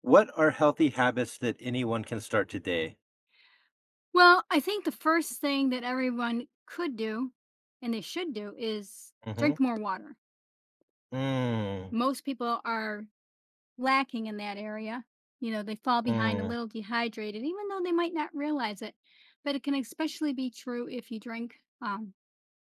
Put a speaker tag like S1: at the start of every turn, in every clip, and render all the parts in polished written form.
S1: What are healthy habits that anyone can start today?
S2: Well, I think the first thing that everyone could do and they should do is
S1: Mhm.
S2: drink more water.
S1: Mm,
S2: Most people are lacking in that area. You know, they fall behind a
S1: mm.
S2: little dehydrated, even though they might not realize it. But it can especially be true if you drink um,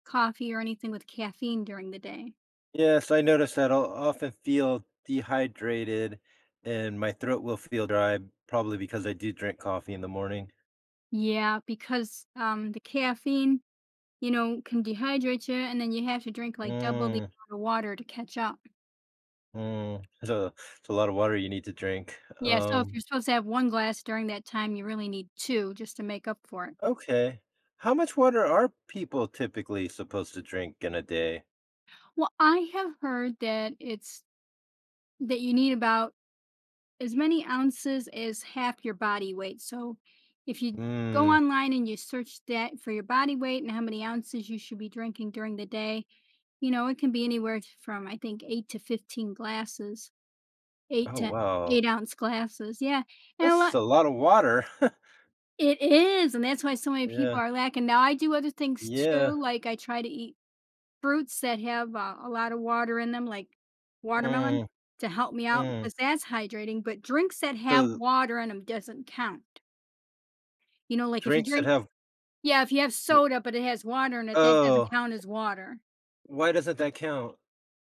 S2: coffee or anything with caffeine during the day.
S1: Yes, I notice that I'll often feel dehydrated and my throat will feel dry, probably because I do drink coffee in the morning.
S2: Yeah, because the caffeine, can dehydrate you, and then you have to drink like double the
S1: Mm,
S2: amount of water to catch up.
S1: mm. So it's a lot of water you need to drink.
S2: Yeah, so if you're supposed to have 1 glass during that time, you really need 2 just to make up for it.
S1: Okay. How much water are people typically supposed to drink in a day?
S2: Well, I have heard that it's that you need about as many ounces as half your body weight, so if you go
S1: Mm.
S2: online and you search that for your body weight and how many ounces you should be drinking during the day, it can be anywhere t from, I think, 8 to 15 glasses, 8
S1: Oh,
S2: to
S1: wow.
S2: 8-ounce glasses, yeah, and a
S1: That's
S2: lot.
S1: a lot of water.
S2: It is, and that's why so many people
S1: Yeah.
S2: are lacking. Now I do other things
S1: Yeah.
S2: too, like I try to eat fruits that have, a lot of water in them, like watermelon,
S1: Mm,
S2: to help me out
S1: mm.
S2: because that's hydrating, but drinks that have
S1: So
S2: water in them 'em doesn't count. You know, like, if you
S1: Drinks that
S2: drink,
S1: have
S2: yeah, if you have soda, but it has water in it, that doesn't
S1: Oh,
S2: count as water.
S1: why doesn't that count?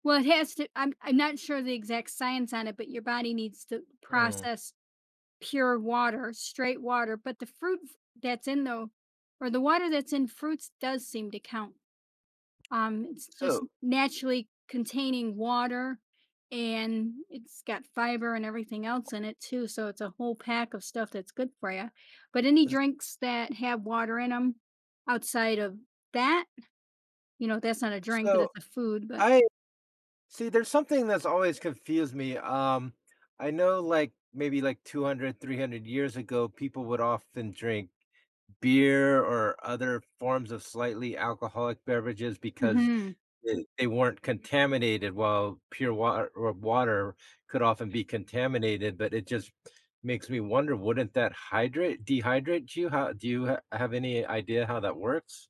S2: Well, it has to. I'm not sure the exact science on it, but your body needs to
S1: Hmm.
S2: process pure water, straight water, but the fruit f that's in, though, or the water that's in fruits does seem to count. It's just
S1: So
S2: naturally containing water and it's got fiber and everything else in it too. So it's a whole pack of stuff that's good for you. But any
S1: uh,
S2: drinks that have water in them outside of that, that's not a drink,
S1: so
S2: that's a food, but
S1: I see, there's something that's always confused me, I know, like, maybe, like, 200, 300 years ago, people would often drink beer or other forms of slightly alcoholic beverages because
S2: Mhm.
S1: they weren't contaminated, while pure water or water could often be contaminated, but it just makes me wonder, wouldn't that hydrate dehydrate you? How do you ha have any idea how that works?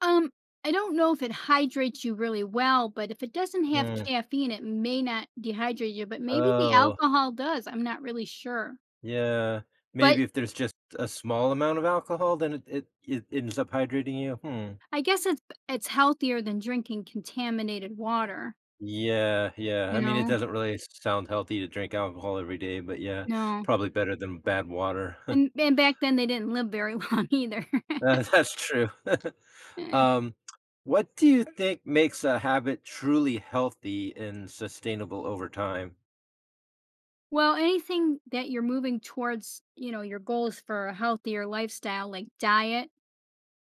S2: um, I don't know if it hydrates you really well, but if it doesn't have
S1: Mm.
S2: caffeine, it may not dehydrate you, but maybe the
S1: Oh,
S2: alcohol does. I'm not really sure.
S1: yeah.
S2: But
S1: Maybe if there's just a small amount of alcohol, then it ends up hydrating you? Hmm.
S2: I guess it's healthier than drinking contaminated water,
S1: Yeah, yeah.
S2: you
S1: I mean, it
S2: know?
S1: doesn't really sound healthy to drink alcohol every day, but yeah,
S2: No.
S1: probably better than bad water.
S2: And and back then they didn't live very long either.
S1: That's true. Um, what do you think makes a habit truly healthy and sustainable over time?
S2: Well, anything that you're moving towards, your goals for a healthier lifestyle like diet,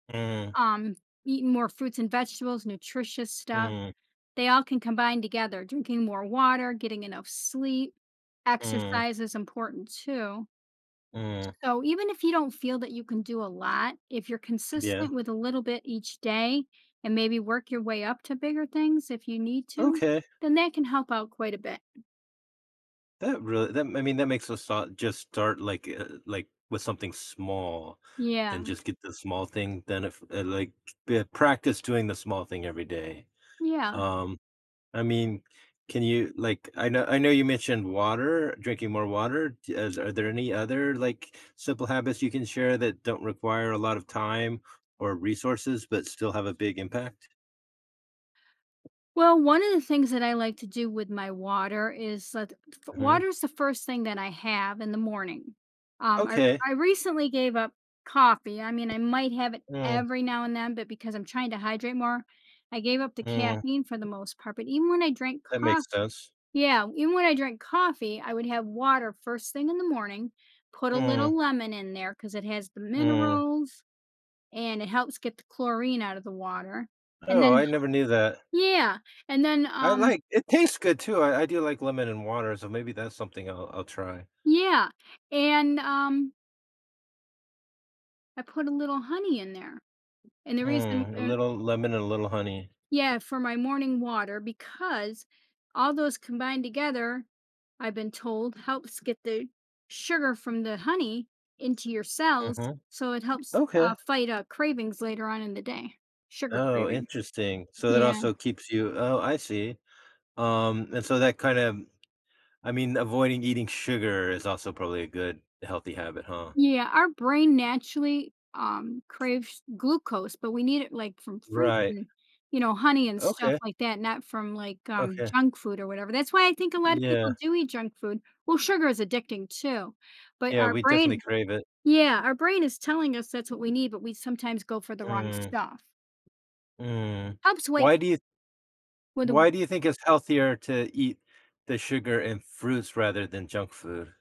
S1: Mm,
S2: um, eating more fruits and vegetables, nutritious stuff,
S1: mm,
S2: they all can combine together. Drinking more water, getting enough sleep,
S1: mm,
S2: exercise is important too.
S1: mm.
S2: So even if you don't feel that you can do a lot, if you're
S1: Yeah.
S2: consistent with a little bit each day and maybe work your way up to bigger things if you need to,
S1: Okay.
S2: then that can help out quite a bit.
S1: That I mean, that makes us start, just start like with something small, and
S2: Yeah.
S1: just get the small thing, then if like b- practice doing the small thing every day.
S2: Yeah.
S1: Um I mean, can you like I know you mentioned water, drinking more water. Are there any other like simple habits you can share that don't require a lot of time or resources but still have a big impact?
S2: Well, one of the things that I like to do with my water is that
S1: Hmm.
S2: water is the first thing that I have in the morning. Um, I,
S1: Okay.
S2: I recently gave up coffee. I mean, I might have it
S1: Mm,
S2: every now and then, but because I'm trying to hydrate more, I gave up the
S1: mm,
S2: caffeine for the most part. But even when I drank
S1: that
S2: coffee,
S1: makes sense.
S2: yeah, even when I drink coffee, I would have water first thing in the morning, put a
S1: Mm,
S2: little lemon in there because it has the
S1: mm.
S2: minerals and it helps get the chlorine out of the water. And
S1: Oh,
S2: then,
S1: I never knew that.
S2: yeah, and then
S1: I like It tastes good too. I do like lemon and water, so maybe that's something I'll try.
S2: yeah, and I put a little honey in there. And the reason
S1: Mm, a
S2: and
S1: little lemon and a little honey.
S2: yeah, for my morning water because all those combined together, I've been told, helps get the sugar from the honey into your cells.
S1: Hmm.
S2: So it helps
S1: Okay.
S2: fight cravings later on in the day, sugar
S1: Oh,
S2: cravings.
S1: interesting. So that
S2: Yeah.
S1: also keeps you Oh, I see. And so that kind of I mean, avoiding eating sugar is also probably a good healthy habit, huh?
S2: Yeah. Our brain naturally craves glucose, but we need it like from fruits
S1: Right.
S2: and honey and stuff
S1: Okay.
S2: like that, not from like
S1: Okay.
S2: junk food or whatever. That's why I think a lot of people
S1: Yeah.
S2: do eat junk food. Well, sugar is addicting too, but
S1: Yeah,
S2: our
S1: we definitely
S2: brain,
S1: crave it.
S2: yeah, our brain is telling us that's what we need, but we sometimes go for the wrong
S1: Mm,
S2: stuff.
S1: mm.
S2: Helps wait
S1: Why do you
S2: when the,
S1: why do you think it's healthier to eat the sugar and fruits rather than junk food?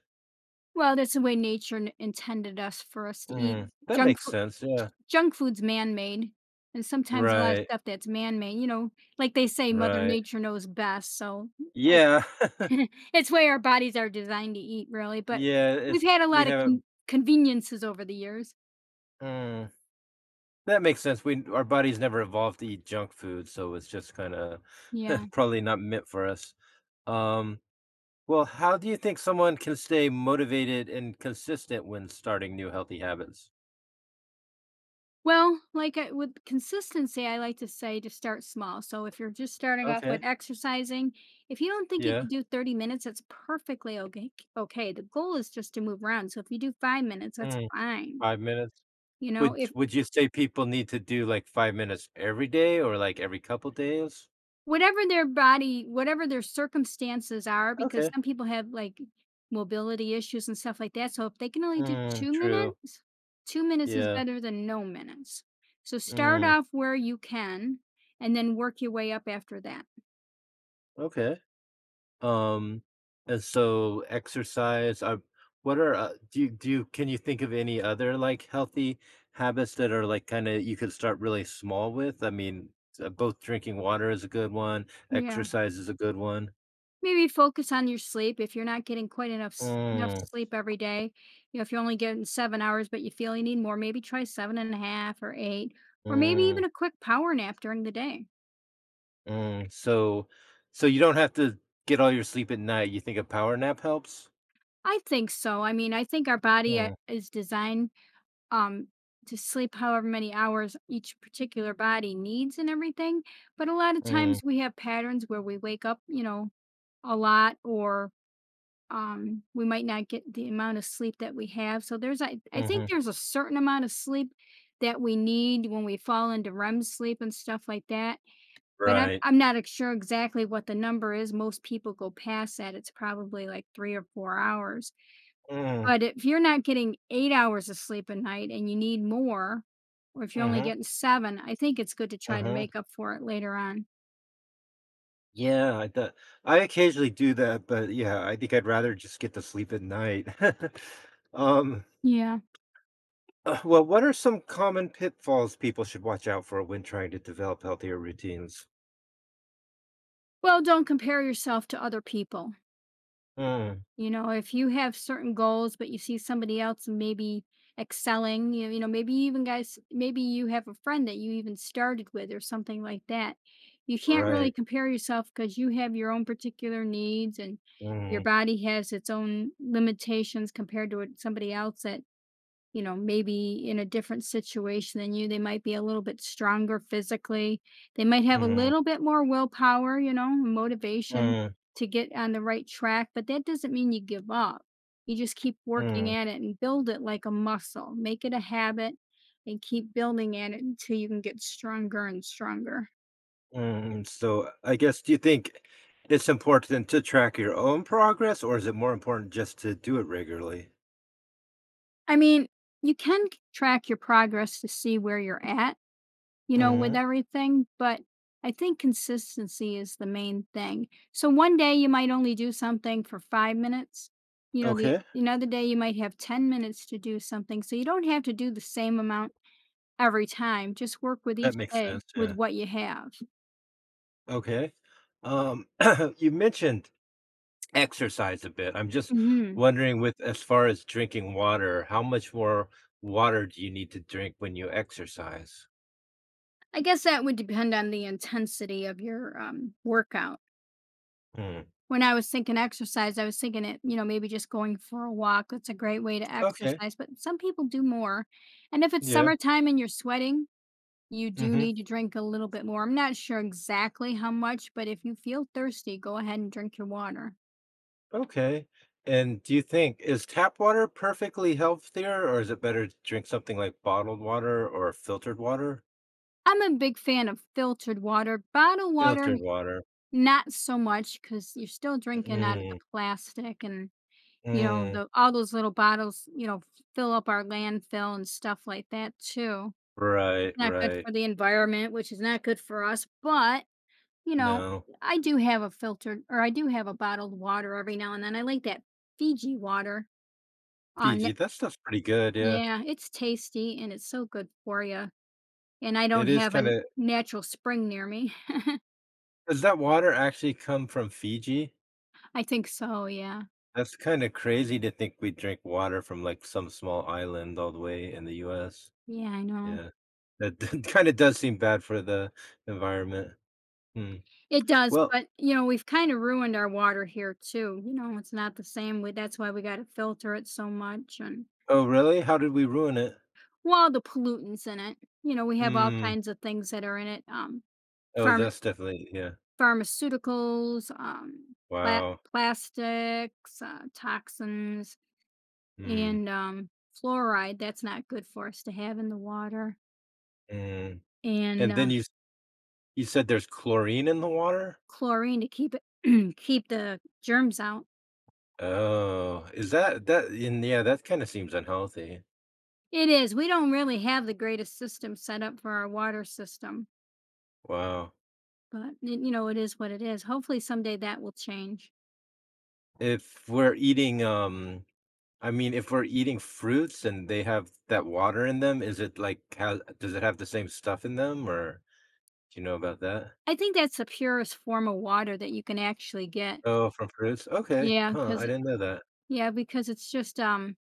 S2: well, that's the way nature intended us for us to eat
S1: Mm, that
S2: junk
S1: makes
S2: food.
S1: sense, yeah.
S2: Junk food's man-made, and sometimes a lot of
S1: Right,
S2: stuff that's man-made. You know, like they say, Mother
S1: right.
S2: Nature knows best. So I,
S1: Yeah.
S2: it's way our bodies are designed to eat, really. But
S1: Yeah,
S2: we've
S1: it's
S2: had a
S1: we
S2: lot of
S1: haven't.
S2: conveniences over the years.
S1: Mm. That makes sense. We our bodies never evolved to eat junk food, so it's just kinda
S2: Yeah.
S1: probably not meant for us. Um, well, how do you think someone can stay motivated and consistent when starting new healthy habits?
S2: Well, like, I with consistency, I like to say to start small. So if you're just starting off
S1: Okay.
S2: with exercising, if you don't think you
S1: Yeah.
S2: could do 30 minutes, that's perfectly okay. Okay. The goal is just to move around. So if you do 5 minutes, that's
S1: Mm,
S2: fine.
S1: 5 minutes.
S2: You know,
S1: Would
S2: if
S1: would you say people need to do, like, 5 minutes every day, or, like, every couple days?
S2: whatever their body, whatever their circumstances are because
S1: Okay.
S2: some people have, like, mobility issues and stuff like that. So if they can only do
S1: Mm,
S2: 2
S1: true.
S2: minutes, 2 minutes is
S1: Yeah.
S2: better than no minutes. So start
S1: Mm,
S2: off where you can and then work your way up after that.
S1: okay. Um, and so exercise, what are do you can you think of any other like healthy habits that are like kind of you could start really small with? I mean, both drinking water is a good one,
S2: Yeah.
S1: exercise is a good one.
S2: Maybe focus on your sleep if you're not getting quite enough enough
S1: Mm,
S2: sleep every day. You know, if you're only getting 7 hours, but you feel you need more, maybe try 7.5 or 8, or maybe even
S1: mm,
S2: a quick power nap during the day.
S1: mm. So, you don't have to get all your sleep at night. You think a power nap helps?
S2: I think so. I mean, I think our body
S1: Mm,
S2: is designed um, to sleep however many hours each particular body needs and everything. But a lot of
S1: mm,
S2: times we have patterns where we wake up, a lot, or we might not get the amount of sleep that we have, so there's I think
S1: hmm.
S2: there's a certain amount of sleep that we need when we fall into REM sleep and stuff like that, but I'm,
S1: Right.
S2: I'm not sure exactly what the number is. Most people go past that. It's probably like 3 or 4 hours,
S1: Mm,
S2: but if you're not getting 8 hours of sleep a night and you need more, or if you're only
S1: mm-hmm,
S2: getting seven, I think it's good to try to
S1: mm-hmm.
S2: make up for it later on,
S1: Yeah, I occasionally do that, but yeah, I think I'd rather just get to sleep at night. Um,
S2: yeah.
S1: well, what are some common pitfalls people should watch out for when trying to develop healthier routines?
S2: Well, don't compare yourself to other people.
S1: Mm,
S2: You know, if you have certain goals, but you see somebody else maybe excelling, maybe you even guys, maybe you have a friend that you even started with or something like that. You can't really
S1: right.
S2: compare yourself because you have your own particular needs and your
S1: Mm,
S2: body has its own limitations compared to what somebody else that maybe in a different situation than you. They might be a little bit stronger physically. They might have a
S1: mm,
S2: little bit more willpower, motivation
S1: mm,
S2: to get on the right track, but that doesn't mean you give up. You just keep working
S1: mm,
S2: at it and build it like a muscle. Make it a habit and keep building at it until you can get stronger and stronger.
S1: mm. So I guess, do you think it's important to track your own progress, or is it more important just to do it regularly?
S2: I mean, you can track your progress to see where you're at, with
S1: Hmm.
S2: everything, but I think consistency is the main thing. So one day you might only do something for 5 minutes. You know, the
S1: Okay,
S2: another day you might have 10 minutes to do something. So you don't have to do the same amount every time. Just work with
S1: that
S2: each
S1: makes
S2: day
S1: sense.
S2: with
S1: Yeah.
S2: what you have.
S1: Okay. Um, you mentioned exercise a bit. I'm just
S2: Mhm.
S1: wondering, with as far as drinking water, how much more water do you need to drink when you exercise?
S2: I guess that would depend on the intensity of your workout.
S1: Hmm.
S2: When I was thinking exercise, I was thinking it, maybe just going for a walk. That's a great way to
S1: Okay.
S2: exercise, but some people do more. And if it's
S1: Yeah.
S2: summertime and you're sweating, you do
S1: Mhm.
S2: need to drink a little bit more. I'm not sure exactly how much, but if you feel thirsty, go ahead and drink your water.
S1: Okay. And do you think is tap water perfectly healthier, or is it better to drink something like bottled water or filtered water?
S2: I'm a big fan of filtered water. Bottled water,
S1: Filtered water.
S2: not so much because you're still drinking out of the
S1: Mm,
S2: plastic and you know
S1: mm.
S2: the all those little bottles, fill up our landfill and stuff like that too.
S1: Right,
S2: It's not good
S1: right.
S2: for the environment, which is not good for us, but you know,
S1: No.
S2: I do have a filtered or I do have a bottled water every now and then. I like that Fiji water. Uh,
S1: Fiji, that stuff's pretty good, yeah.
S2: Yeah, it's tasty and it's so good for you. And I don't
S1: It is
S2: have a
S1: kind of
S2: natural spring near me.
S1: Does that water actually come from Fiji?
S2: I think so, yeah.
S1: That's kinda crazy to think we drink water from, like, some small island all the way in the US.
S2: Yeah, I know.
S1: Yeah. That kinda does seem bad for the environment. Hmm.
S2: It does,
S1: Well
S2: but we've kind of ruined our water here too. You know, it's not the same. We, that's why we got to filter it so much and,
S1: Oh, really? How did we ruin it?
S2: well, all the pollutants in it. You know, we have all
S1: Hmm.
S2: kinds of things that are in it.
S1: Oh,
S2: Pharma,
S1: that's definitely yeah.
S2: Pharmaceuticals, pla-
S1: Wow.
S2: plastics, toxins,
S1: Hmm.
S2: and fluoride that's not good for us to have in the water
S1: Mm.
S2: and
S1: And then you said there's chlorine in the water?
S2: chlorine to keep it keep the germs out.
S1: Oh, is that, and yeah, that kinda seems unhealthy.
S2: It is, we don't really have the greatest system set up for our water system,
S1: Wow.
S2: but it is what it is. Hopefully someday that will change.
S1: If we're eating, I mean, if we're eating fruits and they have that water in them, is it like, how does it have the same stuff in them, or do you know about that?
S2: I think that's the purest form of water that you can actually get.
S1: Oh, from fruits? Okay.
S2: Yeah,
S1: Huh, I
S2: because
S1: didn't know that.
S2: it's just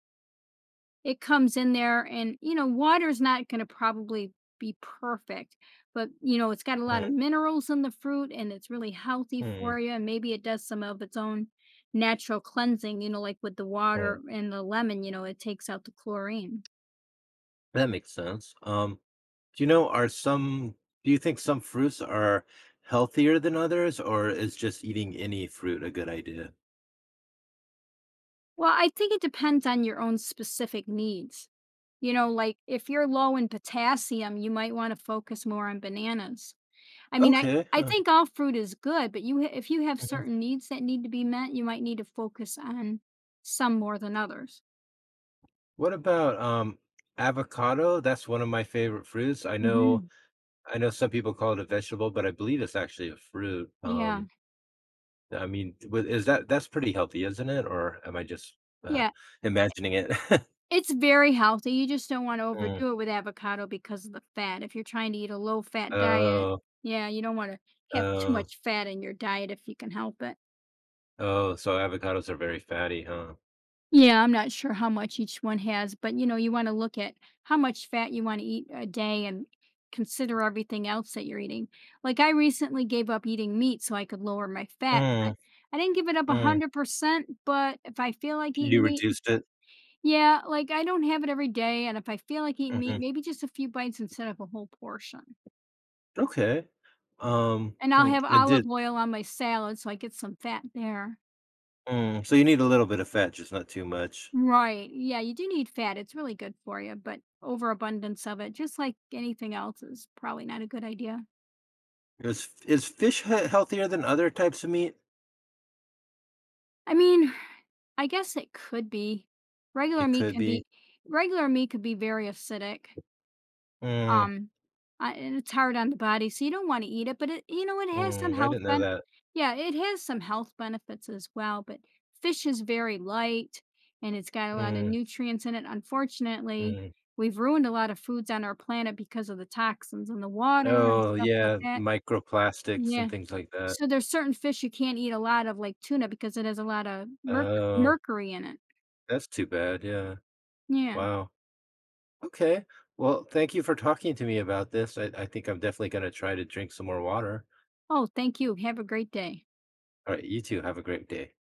S2: it comes in there and, water's not gonna probably be perfect, but, it's got a lot of
S1: Mm,
S2: minerals in the fruit and it's really healthy for
S1: mm,
S2: you, and maybe it does some of its own natural cleansing, like with the
S1: mm.
S2: water and the lemon, it takes out the chlorine.
S1: That makes sense. Do you know, are some do you think some fruits are healthier than others, or is just eating any fruit a good idea?
S2: Well, I think it depends on your own specific needs. You know, like if you're low in potassium, you might want to focus more on bananas. I mean, I
S1: Okay.
S2: I
S1: Huh.
S2: think all fruit is good, but you ha if you have
S1: Mhm.
S2: certain needs that need to be met, you might need to focus on some more than others.
S1: What about avocado? That's one of my favorite fruits. I know
S2: Mhm.
S1: I know some people call it a vegetable, but I believe it's actually a fruit.
S2: Yeah,
S1: I mean, wi- is that that's pretty healthy, isn't it? Or am I just uh,
S2: yeah.
S1: imagining it?
S2: It's very healthy, you just don't wanna
S1: Mm.
S2: overdo it with avocado because of the fat. If you're trying to eat a low-fat diet,
S1: Oh,
S2: yeah, you don't wanna have too
S1: oh,
S2: much fat in your diet if you can help it.
S1: oh. So avocados are very fatty, huh?
S2: Yeah, I'm not sure how much each one has, but you want to look at how much fat you want to eat a day and consider everything else that you're eating. Like I recently gave up eating meat so I could lower my fat, but
S1: Mm,
S2: I didn't give it up
S1: mm.
S2: 100%, but if I feel like eating
S1: You
S2: meat,
S1: reduced it.
S2: yeah, like I don't have it every day, and if I feel like eating meat,
S1: Hmm.
S2: maybe just a few bites instead of a whole portion.
S1: Okay.
S2: And I'll
S1: Hmm,
S2: have
S1: it
S2: olive
S1: did.
S2: oil on my salad so I get some fat there.
S1: Mm. So you need a little bit of fat, just not too much.
S2: Right. Yeah, you do need fat. It's really good for you, but overabundance of it, just like anything else, is probably not a good idea.
S1: Is fish healthier than other types of meat?
S2: I mean, I guess it could be. Regular
S1: It
S2: meat
S1: could
S2: can
S1: be.
S2: be, regular meat could be very acidic.
S1: Mm,
S2: Um, and it's hard on the body, so you don't wanna eat it, but it has some
S1: mm. I
S2: health.
S1: didn't know
S2: Ben
S1: that.
S2: Yeah, it has some health benefits as well, but fish is very light, and it's got a lot of
S1: Mm,
S2: nutrients in it. Unfortunately,
S1: mm.
S2: we've ruined a lot of foods on our planet because of the toxins in the water and
S1: Oh,
S2: stuff like
S1: yeah,
S2: that.
S1: microplastics and
S2: Yeah.
S1: things like that.
S2: So there's certain fish you can't eat a lot of, like tuna, because it has a lot of
S1: Oh,
S2: mercury in it.
S1: that's too bad, yeah.
S2: Yeah.
S1: Wow. Okay. Well, thank you for talking to me about this. I think I'm definitely gonna try to drink some more water.
S2: Oh, thank you. Have a great day.
S1: Alright, you too, have a great day.